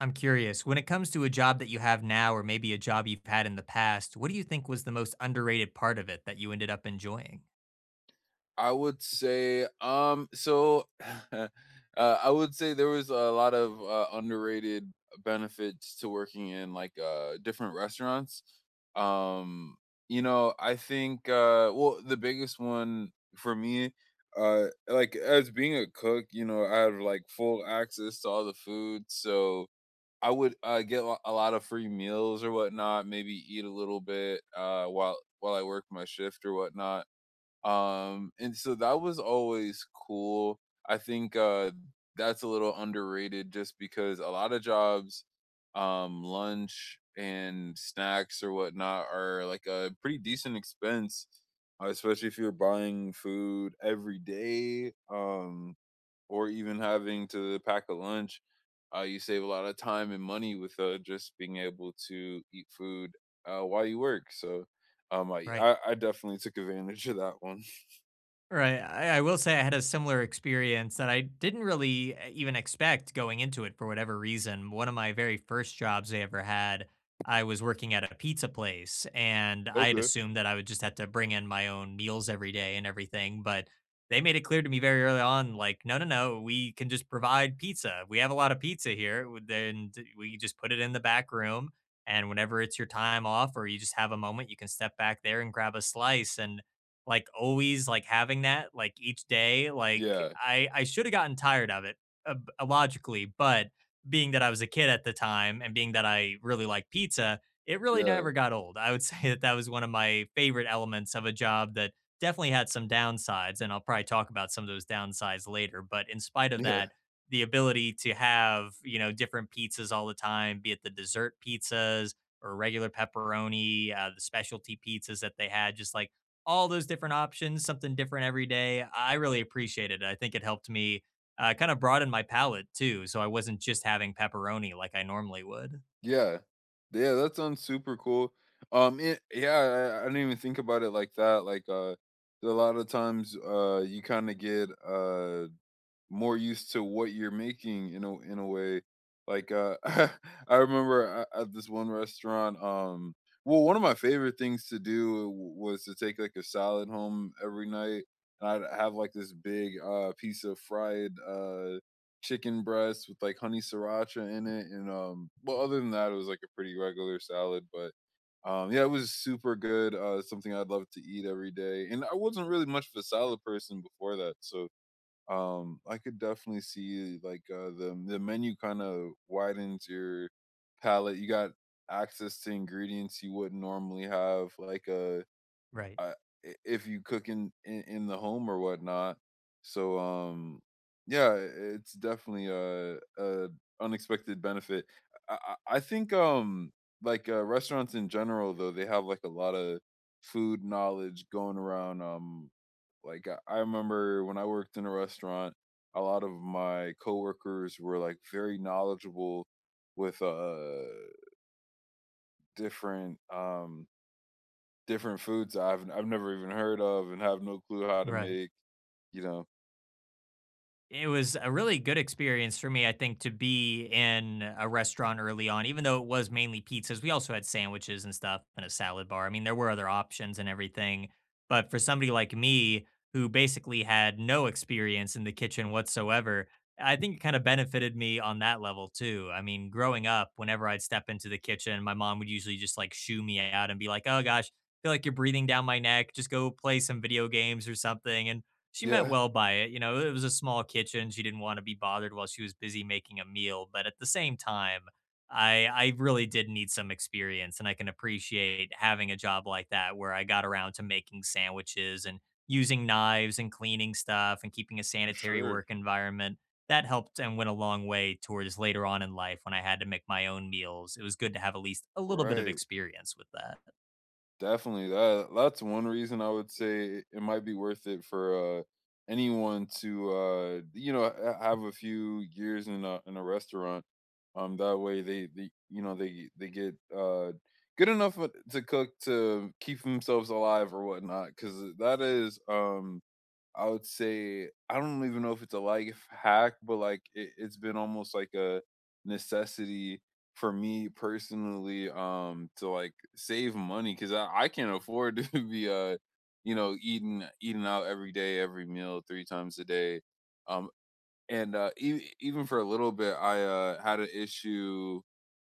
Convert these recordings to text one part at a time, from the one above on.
I'm curious, when it comes to a job that you have now or maybe a job you've had in the past, what do you think was the most underrated part of it that you ended up enjoying? I would say, so uh, I would say there was a lot of underrated benefits to working in different restaurants. Um, I think well, the biggest one for me, like as being a cook, you know, I have like full access to all the food, so I would a lot of free meals or whatnot. Maybe eat a little bit while I work my shift or whatnot, and so that was always cool. I think that's a little underrated just because a lot of jobs, lunch and snacks or whatnot are like a pretty decent expense, especially if you're buying food every day. Or even having to pack a lunch, you save a lot of time and money with just being able to eat food while you work. So um, I, Right. I I definitely took advantage of that one. Right. I will say I had a similar experience that I didn't really even expect going into it for whatever reason. One of my very first jobs I ever had, I was working at a pizza place, and I had Okay. assumed that I would just have to bring in my own meals every day and everything. But they made it clear to me very early on like, no, no, no, we can just provide pizza. We have a lot of pizza here. We just put it in the back room. And whenever it's your time off or you just have a moment, you can step back there and grab a slice. And like, always, like, having that, like, each day, Yeah, I shoulda gotten tired of it, ob logically, but being that I was a kid at the time and being that I really liked pizza, it really yeah, never got old. I would say that that was one of my favorite elements of a job that definitely had some downsides, and I'll probably talk about some of those downsides later, but in spite of yeah, that, the ability to have, you know, different pizzas all the time, be it the dessert pizzas or regular pepperoni, the specialty pizzas that they had, just, like, all those different options, something different every day. I really appreciated it. I think it helped me kind of broaden my palate too. So I wasn't just having pepperoni like I normally would. yeah. Yeah, that sounds super cool. I didn't even think about it like that. A lot of times, you kind of get more used to what you're making in a way. I remember at this one restaurant, well, one of my favorite things to do was to take like a salad home every night, and I'd have like this big piece of fried chicken breast with like honey sriracha in it, and well, other than that, it was like a pretty regular salad, but. Yeah, it was super good. Something I'd love to eat every day, and I wasn't really much of a salad person before that, so I could definitely see the menu kind of widens your palate. You got access to ingredients you wouldn't normally have like a. Right. I if you cook in the home or whatnot. So yeah, it's definitely a unexpected benefit. I think restaurants in general though they have like a lot of food knowledge going around. Like I remember when I worked in a restaurant, a lot of my coworkers were like very knowledgeable with different different foods I've never even heard of and have no clue how to Right. make, you know? It was a really good experience for me, I think, to be in a restaurant early on, even though it was mainly pizzas. We also had sandwiches and stuff and a salad bar. I mean, there were other options and everything. But for somebody like me, who basically had no experience in the kitchen whatsoever, I think it kind of benefited me on that level too. I mean, growing up, whenever I'd step into the kitchen, my mom would usually just like shoo me out and be like, oh gosh, feel like you're breathing down my neck. Just go play some video games or something. And she meant Yeah, well by it. You know, it was a small kitchen. She didn't want to be bothered while she was busy making a meal. But at the same time, I really did need some experience, and I can appreciate having a job like that where I got around to making sandwiches and using knives and cleaning stuff and keeping a for sanitary sure. work environment. That helped and went a long way towards later on in life when I had to make my own meals. It was good to have at least a little bit of Right. experience with that. Definitely. That that's one reason I would say it might be worth it for anyone to you know have a few years in a restaurant. That way they you know they get good enough to cook to keep themselves alive or whatnot because that is I would say I don't even know if it's a life hack, but like it's been almost like a necessity for me personally to like save money because I can't afford to be you know eating out every day every meal three times a day um and even for a little bit I had an issue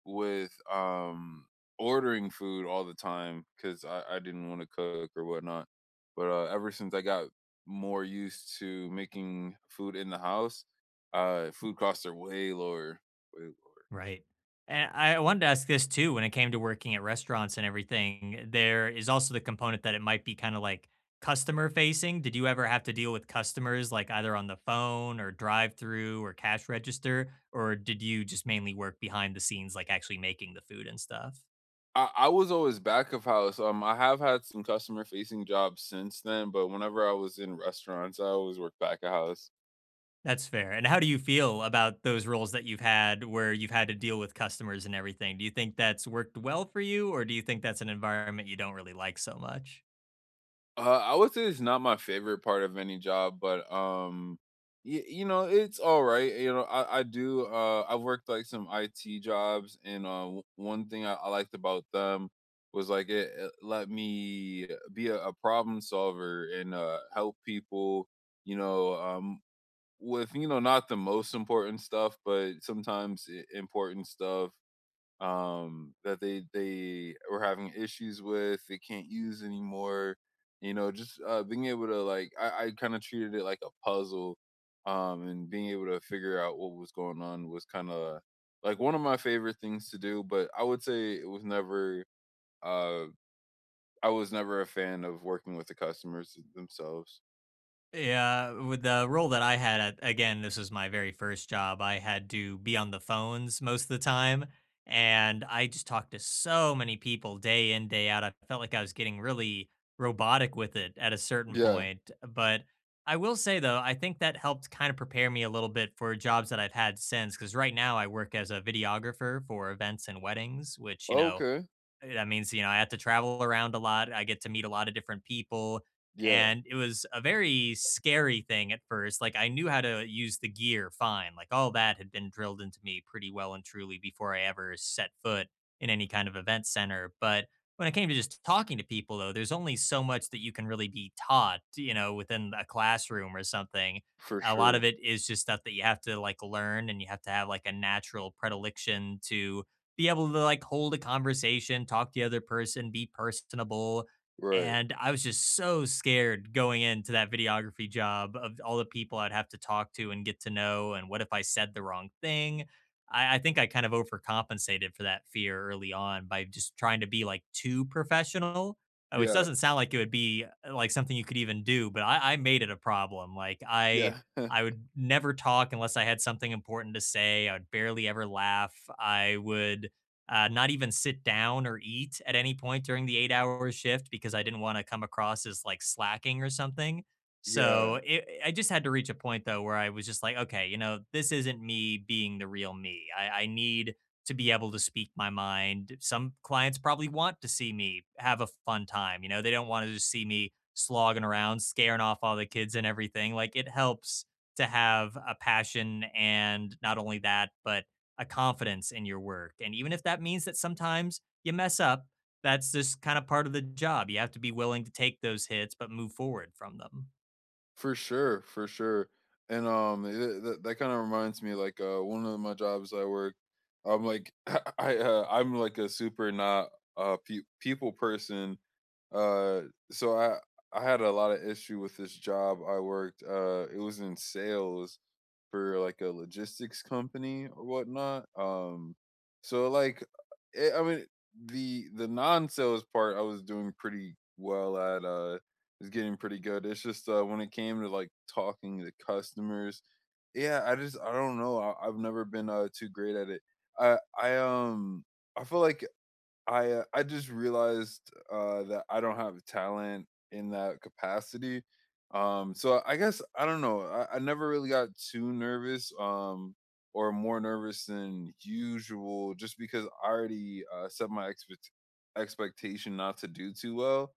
with ordering food all the time because I didn't want to cook or whatnot. But ever since I got more used to making food in the house, food costs are way lower. Way lower. Right. And I wanted to ask this too when it came to working at restaurants and everything, there is also the component that it might be kind of like customer facing. Did you ever have to deal with customers like either on the phone or drive through or cash register? Or did you just mainly work behind the scenes, like actually making the food and stuff? I was always back of house. I have had some customer facing jobs since then, but whenever I was in restaurants, I always worked back of house. That's fair. And how do you feel about those roles that you've had where you've had to deal with customers and everything? Do you think that's worked well for you, or do you think that's an environment you don't really like so much? I would say it's not my favorite part of any job, but you know, it's all right. You know, I do. I've worked like some IT jobs, and one thing I liked about them was like it let me be a problem solver and help people. You know, with you know not the most important stuff, but sometimes important stuff that they were having issues with, they can't use anymore. You know, just being able to like, I kind of treated it like a puzzle, and being able to figure out what was going on was kind of like one of my favorite things to do. But I would say it was never, uh, I was never a fan of working with the customers themselves. Yeah, with the role that I had at again, this was my very first job. I had to be on the phones most of the time, and I just talked to so many people day in, day out. I felt like I was getting really robotic with it at a certain Yeah. point. But I will say though, I think that helped kind of prepare me a little bit for jobs that I've had since. Because right now I work as a videographer for events and weddings, which you know Okay. eh, that means you know I have to travel around a lot. I get to meet a lot of different people, Yeah. and it was a very scary thing at first. Like I knew how to use the gear fine. Like all that had been drilled into me pretty well and truly before I ever set foot in any kind of event center. But when it came to just talking to people, though, there's only so much that you can really be taught, you know, within a classroom or something. For A lot of sure. it is just stuff that you have to like learn and you have to have like a natural predilection to be able to like hold a conversation, talk to the other person, be personable. Right. And I was just so scared going into that videography job of all the people I'd have to talk to and get to know. And what if I said the wrong thing? I think I kind of overcompensated for that fear early on by just trying to be like too professional, which Yeah. doesn't sound like it would be like something you could even do, but I made it a problem. Like Yeah. I would never talk unless I had something important to say. I would barely ever laugh. I would not even sit down or eat at any point during the 8 hour shift because I didn't want to come across as like slacking or something. yeah. So it, I just had to reach a point though where I was just like, okay, you know, this isn't me being the real me. I need to be able to speak my mind. Some clients probably want to see me have a fun time. You know, they don't want to just see me slogging around, scaring off all the kids and everything. Like it helps to have a passion and not only that, but a confidence in your work. And even if that means that sometimes you mess up, that's just kind of part of the job. You have to be willing to take those hits, but move forward from them. For sure, for sure. And, th that kinda reminds me, one of my jobs I work, I'm like, I'm like a super not pe people person, uh, so I had a lot of issue with this job I worked, it was in sales for, like, a logistics company or whatnot, so, like, I mean, the non-sales part I was doing pretty well at, is getting pretty good. It's just when it came to like talking to customers, yeah, I just I don't know. I've never been too great at it. I I um I feel like I just realized that I don't have talent in that capacity. So I guess I don't know. I never really got too nervous. Or more nervous than usual, just because I already set my expectation not to do too well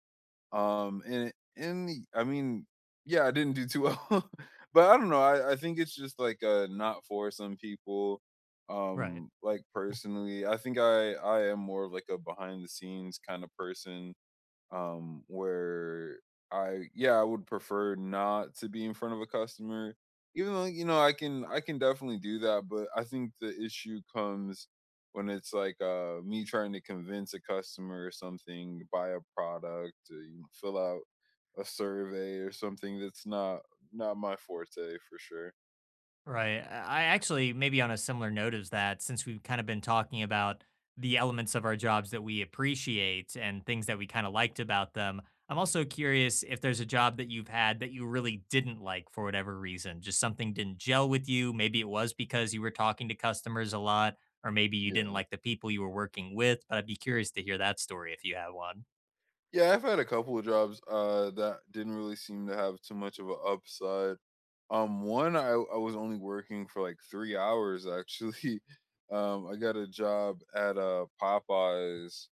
and I mean, yeah, I didn't do too well, but I don't know. I think it's just not for some people. Right. Like personally, I think I am more of like a behind the scenes kind of person where I yeah I would prefer not to be in front of a customer, even though you know I can definitely do that, but I think the issue comes when it's me trying to convince a customer or something to buy a product or, you know, fill out a survey or something that's not my forte for sure. Right. I actually, maybe on a similar note is that, since we've kind of been talking about the elements of our jobs that we appreciate and things that we kind of liked about them, I'm also curious if there's a job that you've had that you really didn't like for whatever reason, just something didn't gel with you. Maybe it was because you were talking to customers a lot, or maybe you didn't Yeah, like the people you were working with. But I'd be curious to hear that story if you have one. yeah, I've had a couple of jobs that didn't really seem to have too much of an upside. One, I was only working for, like, 3 hours, actually. I got a job at, Popeyes,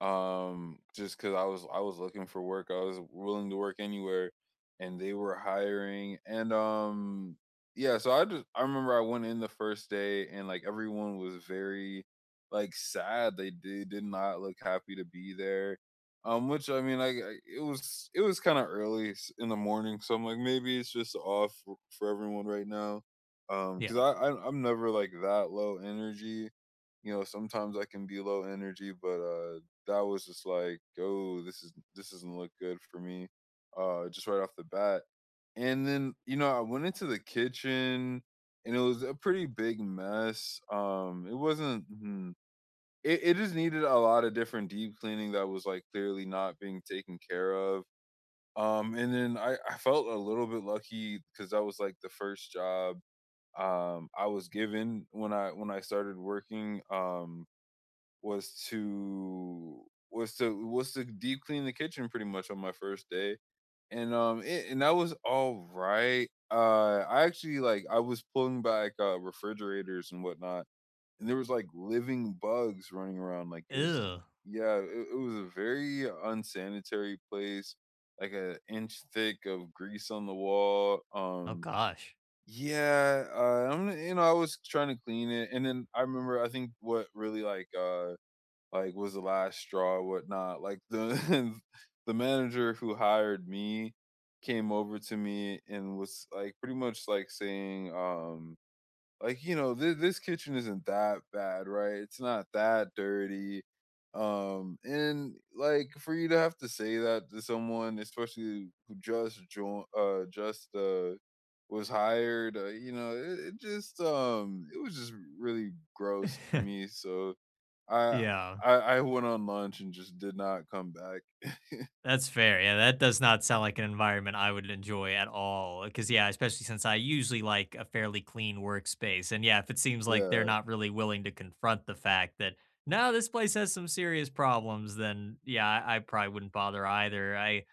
just because I was looking for work, I was willing to work anywhere, and they were hiring. And yeah, so I just I remember I went in the first day, and like everyone was very like sad. They did not look happy to be there, which I mean like it was kind of early in the morning, so I'm like maybe it's just off for everyone right now, because Yeah. I'm never like that low energy. You know, sometimes I can be low energy, but that was just like, "Oh, this doesn't look good for me," just right off the bat. And then, you know, I went into the kitchen, and it was a pretty big mess. It wasn't. Hmm, It just needed a lot of different deep cleaning that was like clearly not being taken care of. And then I felt a little bit lucky because that was like the first job I was given when I started working. Was to was to deep clean the kitchen pretty much on my first day. And and that was all right. I actually like I was pulling back refrigerators and whatnot, and there was like living bugs running around. Like it was Ew. yeah, it was a very unsanitary place, like an inch thick of grease on the wall. Oh, gosh. Yeah, I'm you know, I was trying to clean it, and then I remember I think what really was the last straw or whatnot. Like, the the manager who hired me came over to me and was, like, pretty much, like, saying, like, "You know, this kitchen isn't that bad, right? It's not that dirty." And, like, for you to have to say that to someone, especially who just joined, was hired, you know, it just, it was just really gross to me, so I Yeah. I I went on lunch and just did not come back. That's fair. Yeah, that does not sound like an environment I would enjoy at all. Cause yeah, especially since I usually like a fairly clean workspace. And yeah, if it seems like they're Yeah, not really willing to confront the fact that no, this place has some serious problems, then yeah, I probably wouldn't bother either.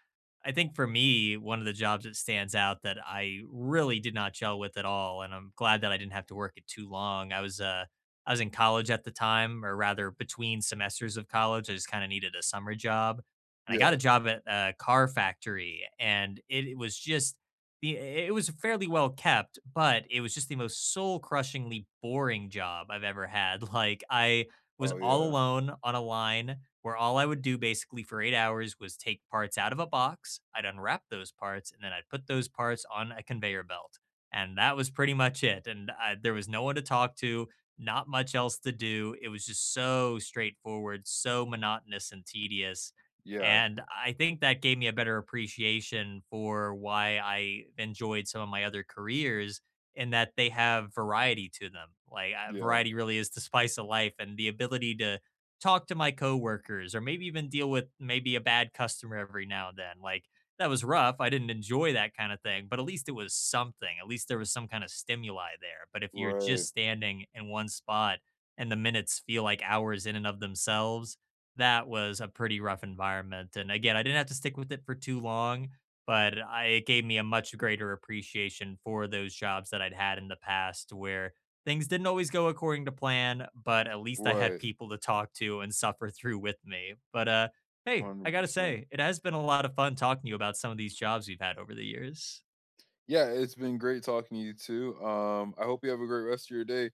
I think for me, one of the jobs that stands out that I really did not gel with at all, and I'm glad that I didn't have to work it too long. I was in college at the time, or rather between semesters of college. I just kind of needed a summer job and I got a yeah. job at a car factory, and it was just the it was fairly well kept, but it was just the most soul crushingly boring job I've ever had. Like I was Oh, all yeah. alone on a line where all I would do basically for 8 hours was take parts out of a box, I'd unwrap those parts, and then I'd put those parts on a conveyor belt, and that was pretty much it. There was no one to talk to. Not much else to do. It was just so straightforward, so monotonous and tedious Yeah, and I think that gave me a better appreciation for why I enjoyed some of my other careers in that they have variety to them. Like yeah. variety really is the spice of life and the ability to talk to my coworkers or maybe even deal with maybe a bad customer every now and then. Like that was rough. I didn't enjoy that kind of thing, but at least it was something. At least there was some kind of stimuli there. But if you're Right, just standing in one spot and the minutes feel like hours in and of themselves, that was a pretty rough environment. And again, I didn't have to stick with it for too long, but it gave me a much greater appreciation for those jobs that I'd had in the past where things didn't always go according to plan, but at least I had right, people to talk to and suffer through with me. But hey, I got to 100%. say, it has been a lot of fun talking to you about some of these jobs we've had over the years. Yeah, it's been great talking to you too. I hope you have a great rest of your day.